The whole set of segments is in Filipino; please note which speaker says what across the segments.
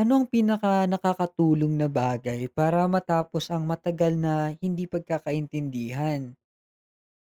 Speaker 1: Ano ang pinaka nakakatulong na bagay para matapos ang matagal na hindi pagkakaintindihan?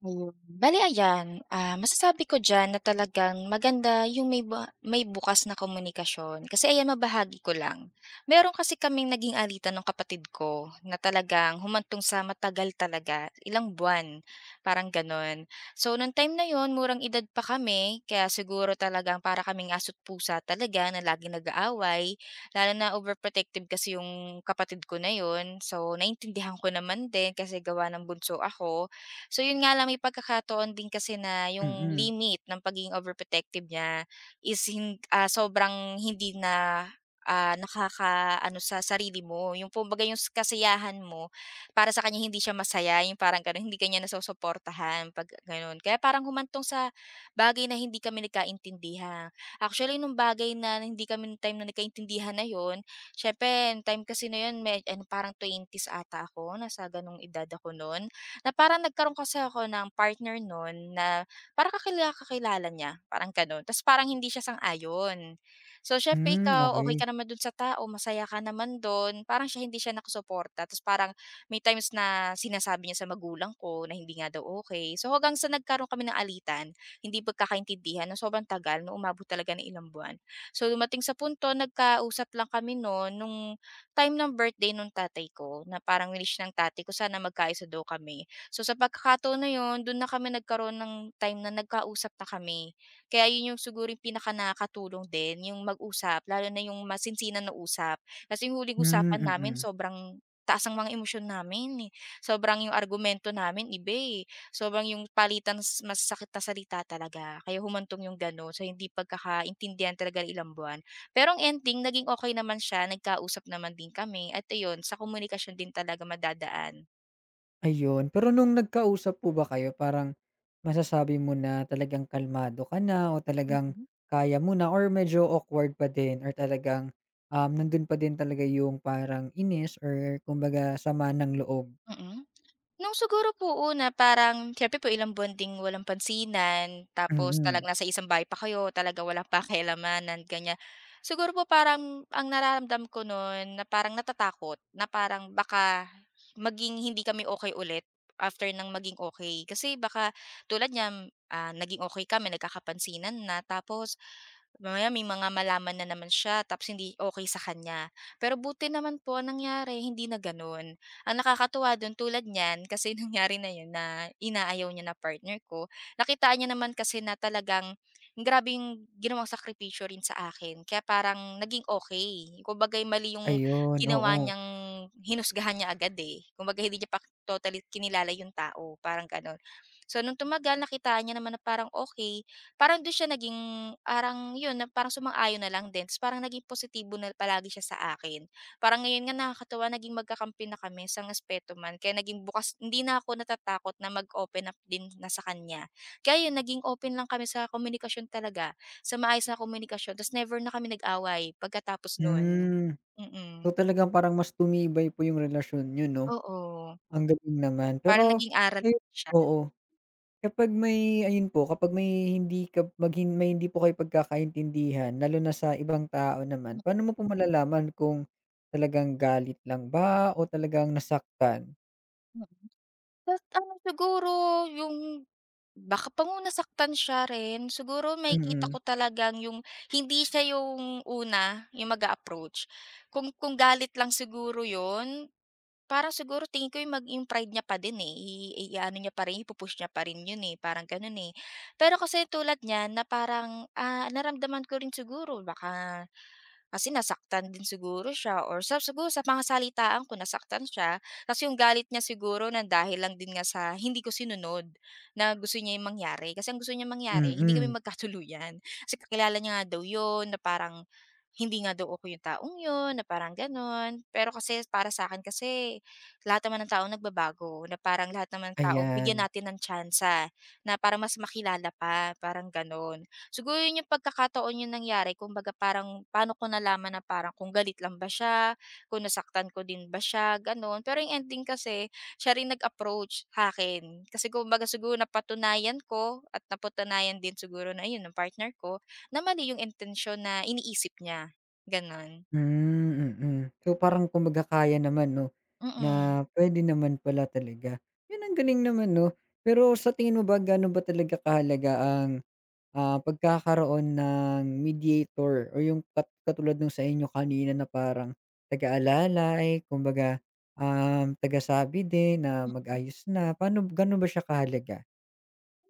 Speaker 2: Ayun. Bale ayan, masasabi ko diyan na talagang maganda yung may bukas na komunikasyon. Kasi ayan, mabahagi ko lang. Meron kasi kaming naging alitan ng kapatid ko na talagang humantong sa matagal talaga, ilang buwan, parang gano'n. So, nung time na yon murang edad pa kami, kaya siguro talagang para kaming aso't pusa talaga na laging nag-aaway, lalo na overprotective kasi yung kapatid ko na yon. So, naintindihan ko naman din kasi gawa ng bunso ako. So yun nga lang, may pagkakataon din kasi na yung
Speaker 1: Mm.
Speaker 2: limit ng pagiging overprotective niya is sobrang hindi na, nakaka ano sa sarili mo. Yung kumbaga yung kasiyahan mo, para sa kanya hindi siya masaya, yung parang gano'n, hindi ka niya nasusuportahan 'pag gano'n. Kaya parang humantong sa bagay na hindi kami nagkaintindihan. Actually, nung bagay na hindi kami nung time na nagkaintindihan na yun, siyempre nung time kasi na yun ano, parang twenties ata ako, nasa gano'ng edad ako noon na parang nagkaroon kasi ako ng partner noon na parang kakilala kakilala niya, parang gano'n. Tapos parang hindi siya sang-ayon. So, siyempre
Speaker 1: Hmm,
Speaker 2: ikaw, okay ka
Speaker 1: okey.
Speaker 2: naman dun sa tao, masaya ka naman dun, parang siya hindi siya nakasuporta. Tapos parang may times na sinasabi niya sa magulang ko na hindi nga daw okay. So, hanggang sa nagkaroon kami ng alitan, hindi pagkakaintindihan ng sobrang tagal na umabot talaga ng ilang buwan. So, dumating sa punto nagkausap lang kami noon nung time ng birthday nung tatay ko na parang wish ng tatay ko sana magkaayos na daw kami. So, sa pagkakataon na yun, dun na kami nagkaroon ng time na nagkausap na kami. Kaya yun yung siguro yung pinaka nakatulong din, yung mag-usap, lalo na yung masinsinan na usap. Kasi yung huling
Speaker 1: Hmm,
Speaker 2: usapan namin,
Speaker 1: mm.
Speaker 2: sobrang taas ang mga emosyon namin, eh. Sobrang yung argumento namin, iba eh. Sobrang yung palitan mas sakit na salita talaga. Kaya humantong yung gano'n. So, hindi pagkakaintindihan talaga ng ilang buwan. Pero ang ending, naging okay naman siya. Nagkausap naman din kami. At ayun, sa komunikasyon din talaga madadaan.
Speaker 1: Ayun, pero nung nagkausap po ba kayo parang masasabi mo na talagang kalmado ka na o talagang
Speaker 2: Mhm.
Speaker 1: kaya mo na or medyo awkward pa din or talagang, nandun pa din talaga yung parang inis or kumbaga sama ng loob?
Speaker 2: Mm-mm. Nung siguro po una parang siyempre po ilang buwan ding walang pansinan, tapos
Speaker 1: Mm.
Speaker 2: talagang nasa isang bahay pa kayo, talaga walang pakialamanan ganyan. Siguro po parang ang nararamdam ko nun na parang natatakot, na parang baka maging hindi kami okay ulit after nang maging okay. Kasi baka tulad niyan, naging okay kami, nagkakapansinan na tapos mamaya may mga malaman na naman siya tapos hindi okay sa kanya. Pero buti naman po ang nangyari hindi na gano'n. Ang nakakatuwa dun tulad niyan kasi nangyari na yun na inaayaw niya na partner ko, nakitaan niya naman kasi na talagang grabe yung ginawang sakripisyo rin sa akin kaya parang naging okey. Kumbaga'y mali yung
Speaker 1: Ayun,
Speaker 2: ginawa
Speaker 1: oo.
Speaker 2: niyang hinusgahan niya agad, eh. Kumbaga hindi niya pa totally kinilala yung tao, parang gano'n. So nung tumagal nakitaan niya naman na parang okay parang dun siya naging parang yun na parang sumang-ayon na lang din ta's parang naging positibo na palagi siya sa akin. Parang ngayon nga nakakatuwa naging magkakampi na kami sa aspeto man kaya naging bukas hindi na ako natatakot na mag-open up din na sa kanya. Kaya yun naging open lang kami sa komunikasyon talaga, sa maayos na komunikasyon ta's never na kami nag-away pagkatapos nun.
Speaker 1: Hmm. So,
Speaker 2: Mm,
Speaker 1: talagang parang mas tumibay po yung relasyon niyo 'no,
Speaker 2: oo.
Speaker 1: ang galing naman.
Speaker 2: Parang
Speaker 1: Pero
Speaker 2: naging aral
Speaker 1: ayun
Speaker 2: siya.
Speaker 1: oo, kapag may ayun po, kapag may hindi ka mag hin may hindi po kayo pagkakaintindihan lalo na sa ibang tao naman,
Speaker 2: Mm,
Speaker 1: paano mo po malalaman kung talagang galit lang ba o talagang nasaktan?
Speaker 2: mm. Ta's ano siguro yung. Baka pa nga nasaktan siya rin. Siguro makikita
Speaker 1: Mm,
Speaker 2: ko talagang yung hindi siya yung una, yung mag-a-approach. Kung galit lang siguro yun, parang siguro tingin ko yung pride niya pa din, eh, i-aano niya pa rin, niya pa rin yun, eh, parang gano'n, eh. Pero kasi tulad niyan na parang, naramdaman ko rin siguro baka kasi nasaktan din siguro siya or sa siguro sa mga salitaan ko nasaktan siya. Kasi yung galit niya siguro ng dahil lang din nga sa hindi ko sinunod na gusto niya yung mangyari. Kasi ang gusto niya mangyari, hindi kami
Speaker 1: mm,
Speaker 2: magkatuluyan. Kasi kakilala niya nga daw yun na parang hindi nga daw ako yung taong yun, na parang ganun. Pero kasi para sa akin kasi lahat naman ng tao nagbabago, na parang lahat naman ng tao bigyan
Speaker 1: ayan.
Speaker 2: natin ng tsansa, na para mas makilala pa, parang ganun. Siguro yun yung pagkakataon yung nangyari kumbaga parang paano ko nalaman na parang kung galit lang ba siya, kung nasaktan ko din ba siya, gano'n. Pero yung ending kasi siya rin nag-approach sa'kin kasi kumbaga siguro napatunayan ko at napatunayan din siguro na yun ng partner ko na mali yung intention na iniisip niya, gano'n.
Speaker 1: Hmm, mm. So, parang kumbaga kaya naman 'no,
Speaker 2: Mm.
Speaker 1: na puwede naman pala talaga. 'Yun ang galing naman 'no, pero sa tingin mo ba gaano ba talaga kahalaga ang pagkakaroon ng mediator o yung katulad nung sa inyo kanina na parang taga-alalay, kumbaga, tagasabi din na mag-ayos na. Paano gano'n ba siya kahalaga?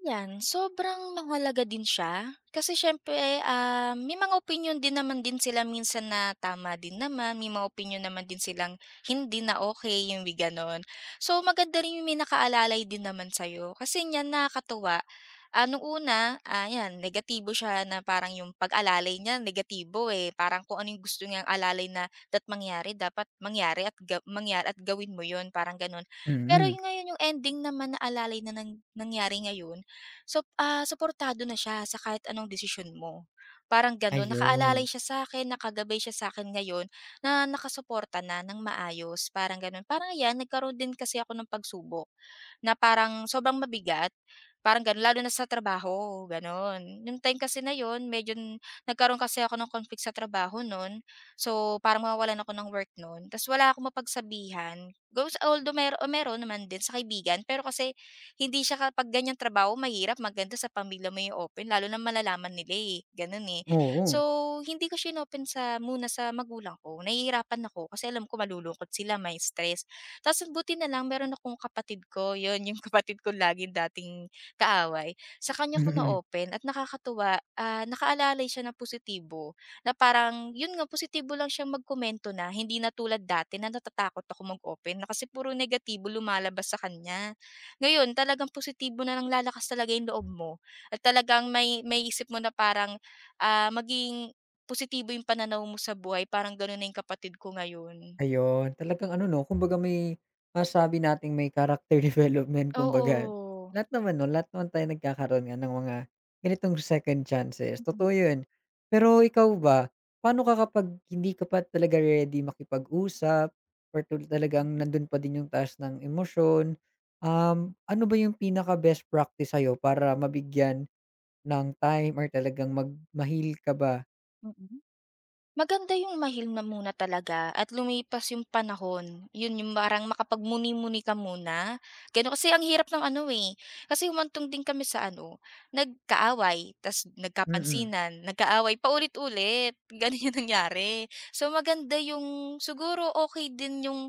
Speaker 2: Yan, sobrang mahalaga din siya kasi siyempre, may mga opinyon din naman din sila minsan na tama din naman, may mga opinyon naman din silang hindi na okay yung may gano'n. So, maganda rin yung may nakaalalay din naman sa'yo kasi niyan nakakatuwa. Ah, nung una, 'yan negatibo siya na parang yung pag-alalay niya negatibo, eh, parang kung ano yung gusto niyang alalay na dapat mangyari at mangyari at gawin mo 'yun, parang gano'n. Pero
Speaker 1: Mm,
Speaker 2: yung ngayon yung ending naman na alalay na nangyari ngayon. Suportado na siya sa kahit anong desisyon mo, parang gano'n. Nakaalalay
Speaker 1: ayun.
Speaker 2: siya sa'kin, nakagabay siya sa akin ngayon na nakasuporta na ng maayos, parang gano'n. Parang 'yan, nagkaroon din kasi ako ng pagsubok na parang sobrang mabigat, parang gano'n lalo na sa trabaho, gano'n. Yung time kasi na 'yun medyo nagkaroon kasi ako ng conflict sa trabaho nun. So, parang nawawalan ako ng work nun ta's wala akong mapagsabihan. Goes although meron naman din sa kaibigan, pero kasi hindi siya kapag ganiyang trabaho mahirap maganda sa pamilya mo i-open lalo na malalaman nila, eh, gano'n, eh. So,
Speaker 1: Oo.
Speaker 2: hindi ko siya open sa muna sa magulang ko, nahihirapan ako kasi alam ko malulungkot sila, may stress. Ta's buti na lang meron akong kapatid ko, 'yun yung kapatid ko laging dating kaaway, sa kanya ko na-open at nakakatuwa, nakaalalay siya ng positibo na parang 'yun nga positibo lang siya magkomento na, hindi na tulad dati na natatakot ako mag-open na kasi puro negatibo lumalabas sa kanya. Ngayon talagang positibo na lang lalakas talaga yung loob mo at talagang may isip mo na parang, maging positibo yung pananaw mo sa buhay parang gano'n na yung kapatid ko ngayon.
Speaker 1: Ayun, talagang ano 'no, kumbaga may masasabi nating may character development kumbaga.
Speaker 2: Oo.
Speaker 1: Lahat naman 'no, lahat naman tayo nagkakaroon nga ng mga ganitong second chances, totoo 'yun. Pero ikaw ba, paano ka kapag hindi ka pa talaga ready makipag-usap or talagang nandun pa din yung taas ng emosyon, ano ba yung pinaka best practice sa'yo para mabigyan ng time or talagang ma-heal ka ba?
Speaker 2: Mm. Maganda yung mahilm na muna talaga at lumipas yung panahon. Yun yung parang makapagmuni-muni ka muna, gano'n. Kasi ang hirap ng ano, eh, kasi humantong din kami sa ano, nagkaaway ta's
Speaker 1: Mm,
Speaker 2: nagkapansinan, nagkaaway paulit-ulit, gano'n yung nangyari. So maganda yung siguro okay din yung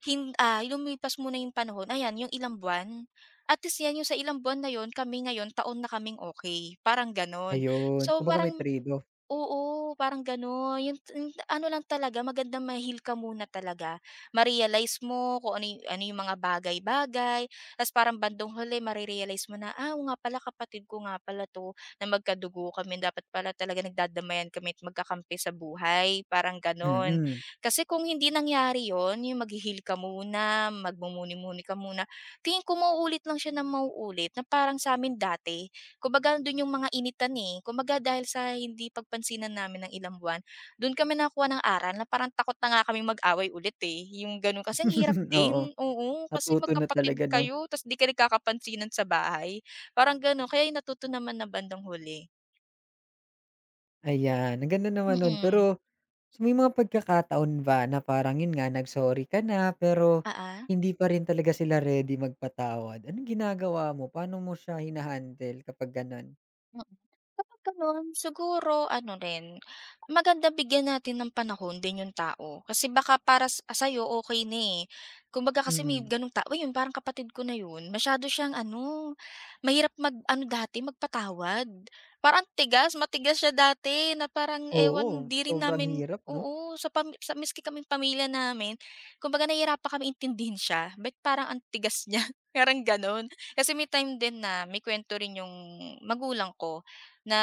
Speaker 2: Hin ah, lumipas muna yung panahon, ayan yung ilang buwan, at least yan yung sa ilang buwan na yun kami ngayon taon na kaming okay parang gano'n.
Speaker 1: ayun,
Speaker 2: So
Speaker 1: kumbaga may
Speaker 2: parang
Speaker 1: trade-off,
Speaker 2: oo, parang gano'n yung ano lang talaga maganda heal ka muna talaga, ma-realize mo kung ano yung mga bagay-bagay, ta's parang bandong huli mare-realize mo na, "Ah, oo nga pala kapatid ko nga pala 'to, na magkadugo kami dapat pala talaga nagdadamayan kami at magkakampi sa buhay," parang gano'n.
Speaker 1: mm.
Speaker 2: Kasi kung hindi nangyari yon, yung maghi-heal ka muna, magmumuni-muni ka muna, tingin ko mauulit lang siya nang mauulit na parang sa'min dati. Kumbaga andun yung mga initan, eh. Kumbaga dahil sa hindi pagpansinan namin ng ilang buwan, dun kami nakakuha ng aral na parang takot na nga kaming mag-away ulit, eh, yung gano'n. Kasi ang hirap
Speaker 1: Oo.
Speaker 2: din, oo, kasi
Speaker 1: Natuto na
Speaker 2: magkapatid
Speaker 1: talaga 'no?
Speaker 2: kayo ta's 'di kayo nagkakapansinan sa bahay, parang gano'n. Kaya yung natuto naman na bandang huli.
Speaker 1: Ayan, ang ganda naman nun. Pero
Speaker 2: Mm,
Speaker 1: so may mga pagkakataon ba na parang yun nga nag-sorry ka na pero
Speaker 2: oo.
Speaker 1: hindi pa rin talaga sila ready magpatawad. Anong ginagawa mo? Paano mo siya hina-handle kapag gano'n?
Speaker 2: Kapag gano'n, siguro ano rin, maganda bigyan natin ng panahon din yung tao. Kasi baka para sa'yo okey na, eh. Kumbaga kasi may
Speaker 1: Mm.
Speaker 2: gano'ng tao, "Uy, yun parang kapatid ko na yun, masyado siyang ano, mahirap mag-ano dati, magpatawad. Parang tigas, matigas siya dati na parang
Speaker 1: Oo,
Speaker 2: ewan, di rin
Speaker 1: sobrang
Speaker 2: namin
Speaker 1: hirap 'no?
Speaker 2: oo, sa miski kaming pamilya namin, kumbaga nahihirapan kami intindihin siya, ba't parang ang tigas niya, parang gano'n. Kasi may time din na may kuwento rin yung magulang ko, na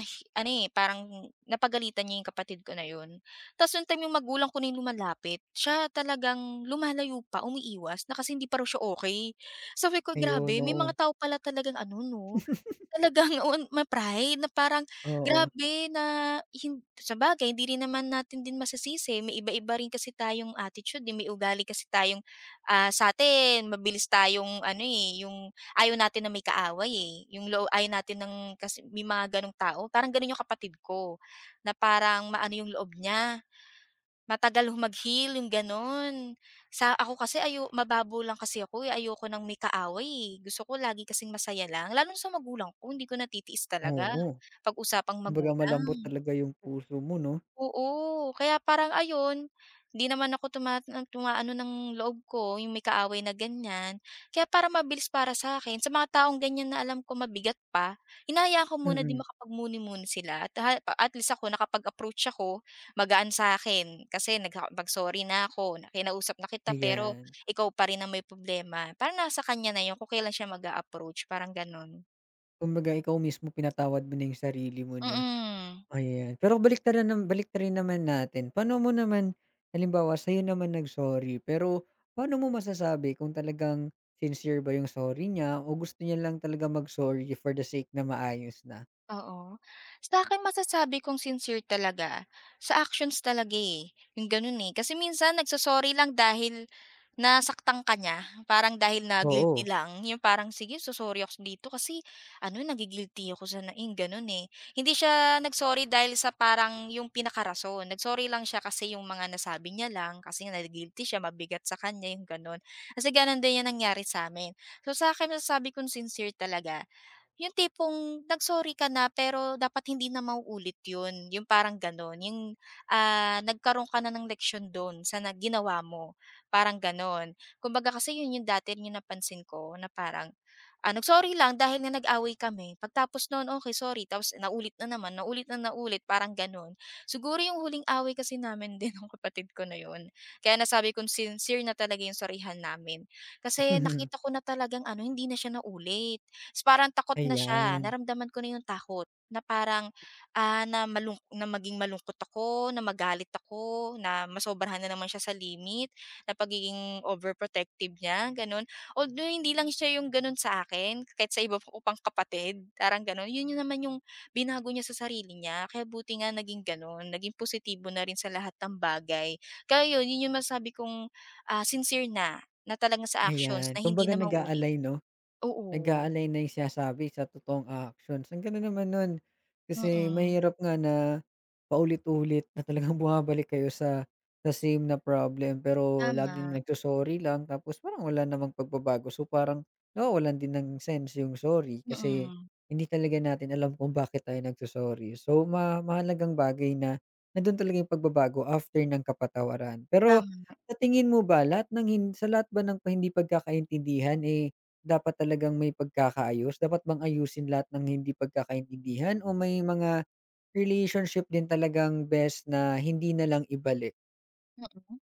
Speaker 2: ano, eh, parang napagalitan niya yung kapatid ko na yun. Ta's yung time yung magulang ko na yung lumalapit, siya talagang lumalayo pa, umiiwas na kasi hindi pa raw siya okay. Sabi ko,
Speaker 1: Ayun,
Speaker 2: "Grabe, may
Speaker 1: oo.
Speaker 2: mga tao pala talagang ano 'no, talagang on may pride na parang
Speaker 1: Oo,
Speaker 2: grabe na hin sabagay hindi rin naman natin din masisisi may iba-iba rin kasi tayong attitude, eh, may ugali kasi tayong, sa'tin mabilis tayong ano, eh, yung ayaw natin na may kaaway, eh, yung ayaw natin ng kasi may mga gano'ng tao parang gano'n yung kapatid ko, na parang maano yung loob niya. Matagal mag-heal yung gano'n. Sa ako kasi mababaw lang kasi ako, eh, ayoko nang may kaaway, eh. Gusto ko lagi kasing masaya lang lalo na sa magulang ko, hindi ko natitiis talaga
Speaker 1: oo.
Speaker 2: pag usapang
Speaker 1: Kumbaga malambot
Speaker 2: magulang.
Speaker 1: talaga yung puso mo 'no?
Speaker 2: Oo, kaya parang ayun, 'di naman ako tumaano ng loob ko, yung may kaaway na ganyan. Kaya parang mabilis para sa akin sa mga taong ganyan na alam ko mabigat pa, hinahayaan ko muna din
Speaker 1: Mm,
Speaker 2: makapagmuni-muni sila at at least ako nakapag-approach ako, magaan sa'kin. Kasi nakakapag-sorry na ako, na kinausap na kita, pero
Speaker 1: ayan.
Speaker 2: ikaw pa rin ang may problema. Parang nasa kanya na yun kung kailan siya mag approach, parang gano'n.
Speaker 1: Kumbaga ikaw mismo pinatawad mo na yung sarili mo 'no?
Speaker 2: Mm.
Speaker 1: Ayan, pero baliktarin naman natin. Paano mo naman halimbawa sa'yo naman nag-sorry, pero paano mo masasabi kung talagang sincere ba yung sorry niya o gusto niya lang talaga mag-sorry for the sake na maayos na?
Speaker 2: Oo. Sa akin masasabi kong sincere talaga, sa actions talaga, eh, yung gano'n, eh. Kasi minsan nagso-sorry lang dahil nasaktan ka niya, parang dahil na guilty
Speaker 1: Oo.
Speaker 2: lang, yung parang, "Sige so-sorry ako dito kasi ano nagi-guilty ako sa naing yung gano'n, eh." Hindi siya nag-sorry dahil sa parang yung pinakarason, nag-sorry lang siya kasi yung mga nasabi niya lang, kasi nga nagi siya, mabigat sa kanya, yung gano'n. Kasi gano'n din yung nangyari sa'min. So, sa akin masasabi kong sincere talaga yung tipong nag-sorry ka na pero dapat hindi na mauulit yun, yung parang gano'n. Yung, nagkaroon ka na ng leksiyon dun sa na ginawa mo, parang gano'n. Kumbaga kasi yun yung dati rin yung napansin ko na parang, nag-sorry lang dahil nga nag-away kami, pagtapos nun, okay sorry, tapos naulit na naman, naulit na naulit, parang gano'n. Siguro yung huling away kasi namin din nung kapatid ko na yun, kaya nasabi kong sincere na talaga yung sarihan namin. Kasi nakita ko na talagang ano, hindi na siya naulit. Ta's parang takot na siya,
Speaker 1: Ayan,
Speaker 2: naramdaman ko na yung takot na parang, na maging malungkot ako, na magalit ako, na masobrahan na naman siya sa limit, na pagiging overprotective niya, gano'n. Although hindi lang siya yung gano'n sa akin, kahit sa iba ko pang kapatid, parang gano'n. Yun yung naman yung binago niya sa sarili niya, kaya buti nga naging gano'n, naging positibo na rin sa lahat ng bagay. Kaya yun, yun yung masabi kong, sincere na, na talagang sa actions
Speaker 1: ayan.
Speaker 2: na hindi
Speaker 1: Kumbaga
Speaker 2: na mauulit.
Speaker 1: nag-a-align 'no?
Speaker 2: Oo,
Speaker 1: Nag-aalay na yung sinasabi sa totoong actions. Ang ganda naman nun, kasi
Speaker 2: mm.
Speaker 1: mahirap nga na paulit-ulit na talagang bumabalik kayo sa same na problem pero laging
Speaker 2: Tama,
Speaker 1: nagso-sorry lang tapos parang wala namang pagbabago. So, parang nawawalan din ng sense yung sorry kasi
Speaker 2: mm,
Speaker 1: hindi talaga natin alam kung bakit tayo nagso-sorry. So, mahalagang bagay na nandun talaga yung pagbabago after ng kapatawaran. Pero
Speaker 2: tama,
Speaker 1: sa tingin mo ba lahat ng hin sa lahat ba ng hindi pagkakaintindihan, eh dapat talagang may pagkakaayos? Dapat bang ayusin lahat ng hindi pagkakaintindihan o may mga relationship din talagang best na hindi na lang ibalik?
Speaker 2: mm.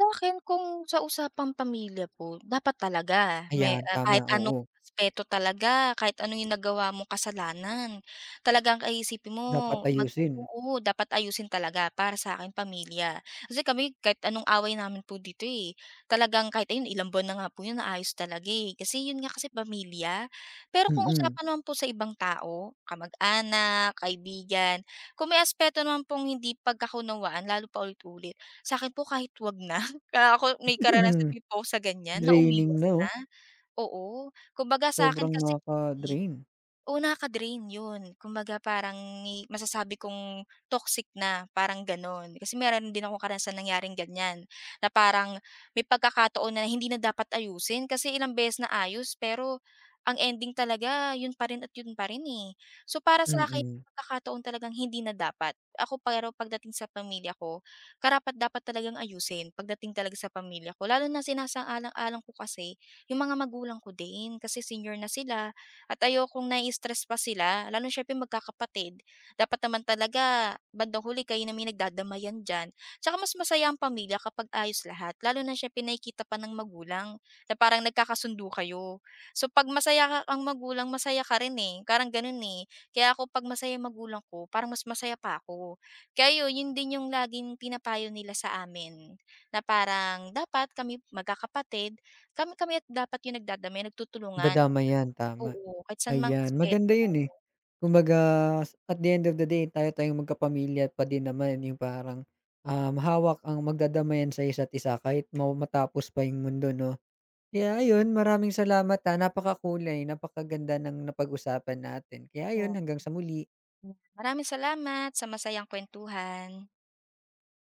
Speaker 2: Sa'kin kung sa usapang pamilya po, dapat talaga may,
Speaker 1: Ayan, tama,
Speaker 2: kahit anong
Speaker 1: oo.
Speaker 2: aspeto talaga, kahit ano yung nagawa mong kasalanan, talagang ay isipin mo
Speaker 1: Dapat ayusin,
Speaker 2: oo, dapat ayusin talaga para sa'kin pamilya. Kasi kami kahit anong away namin po dito, eh, talagang kahit ayun ilang buwan na nga po yun naayos talaga, eh, kasi yun nga kasi pamilya. Pero kung
Speaker 1: mm.
Speaker 2: usapan naman po sa ibang tao, kamag-anak, kaibigan, kung may aspeto naman pong hindi pagkakunawaan lalo paulit-ulit, sa'kin po kahit 'wag na. Kaya ako may karanasan din po ako sa ganyan na
Speaker 1: Draining
Speaker 2: umiwas
Speaker 1: na,
Speaker 2: na.
Speaker 1: oh.
Speaker 2: Oo, kumbaga sa akin
Speaker 1: Sobrang
Speaker 2: kasi
Speaker 1: nakaka-drain,
Speaker 2: oo, nakaka-drain 'yun. Kumbaga parang ni masasabi kong toxic na, parang gano'n. Kasi meron din ako karanasan nangyaring ganiyan, na parang may pagkakataon na hindi na dapat ayusin kasi ilang beses naayos pero ang ending talaga 'yun pa rin at 'yun pa rin, eh. So, para sa'kin
Speaker 1: mm.
Speaker 2: pagkakataon talagang hindi na dapat. Ako pero pagdating sa pamilya ko, karapat-dapat talagang ayusin pagdating talaga sa pamilya ko lalo na sinasaalang-alang ko kasi yung mga magulang ko din kasi senior na sila at ayokong nai-stress pa sila lalo na siyempre magkakapatid. Dapat naman talaga bandang huli kayo na may nagdadamayan diyan. Tsaka mas masaya ang pamilya kapag ayos lahat lalo na siyempre nakikita pa ng magulang na parang nagkakasundo kayo. So pag masaya ka ang magulang, masaya ka rin, eh, parang ganun, eh. Kaya ako pag masaya yung magulang ko, parang mas masaya pa ako. Kaya yun, yun din yung laging pinapayo nila sa amin na parang dapat kami magkakapatid kami kami at dapat yung nagdadamay, nagtutulungan.
Speaker 1: Dadamay 'yan, tama.
Speaker 2: Oo, kahit saan mang
Speaker 1: Ayan,
Speaker 2: aspeto.
Speaker 1: maganda 'yun, eh. Kumbaga at the end of the day tayo tayong magkapamilya pa din naman yung parang, hawak ang magdadamayan sa isa't isa kahit matapos pa yung mundo 'no? Kaya ayun, maraming salamat, napakakulay, napakaganda ng napag-usapan natin. Kaya ayun,
Speaker 2: Oo,
Speaker 1: hanggang sa muli.
Speaker 2: hmm. Maraming salamat sa masayang kuwentuhan.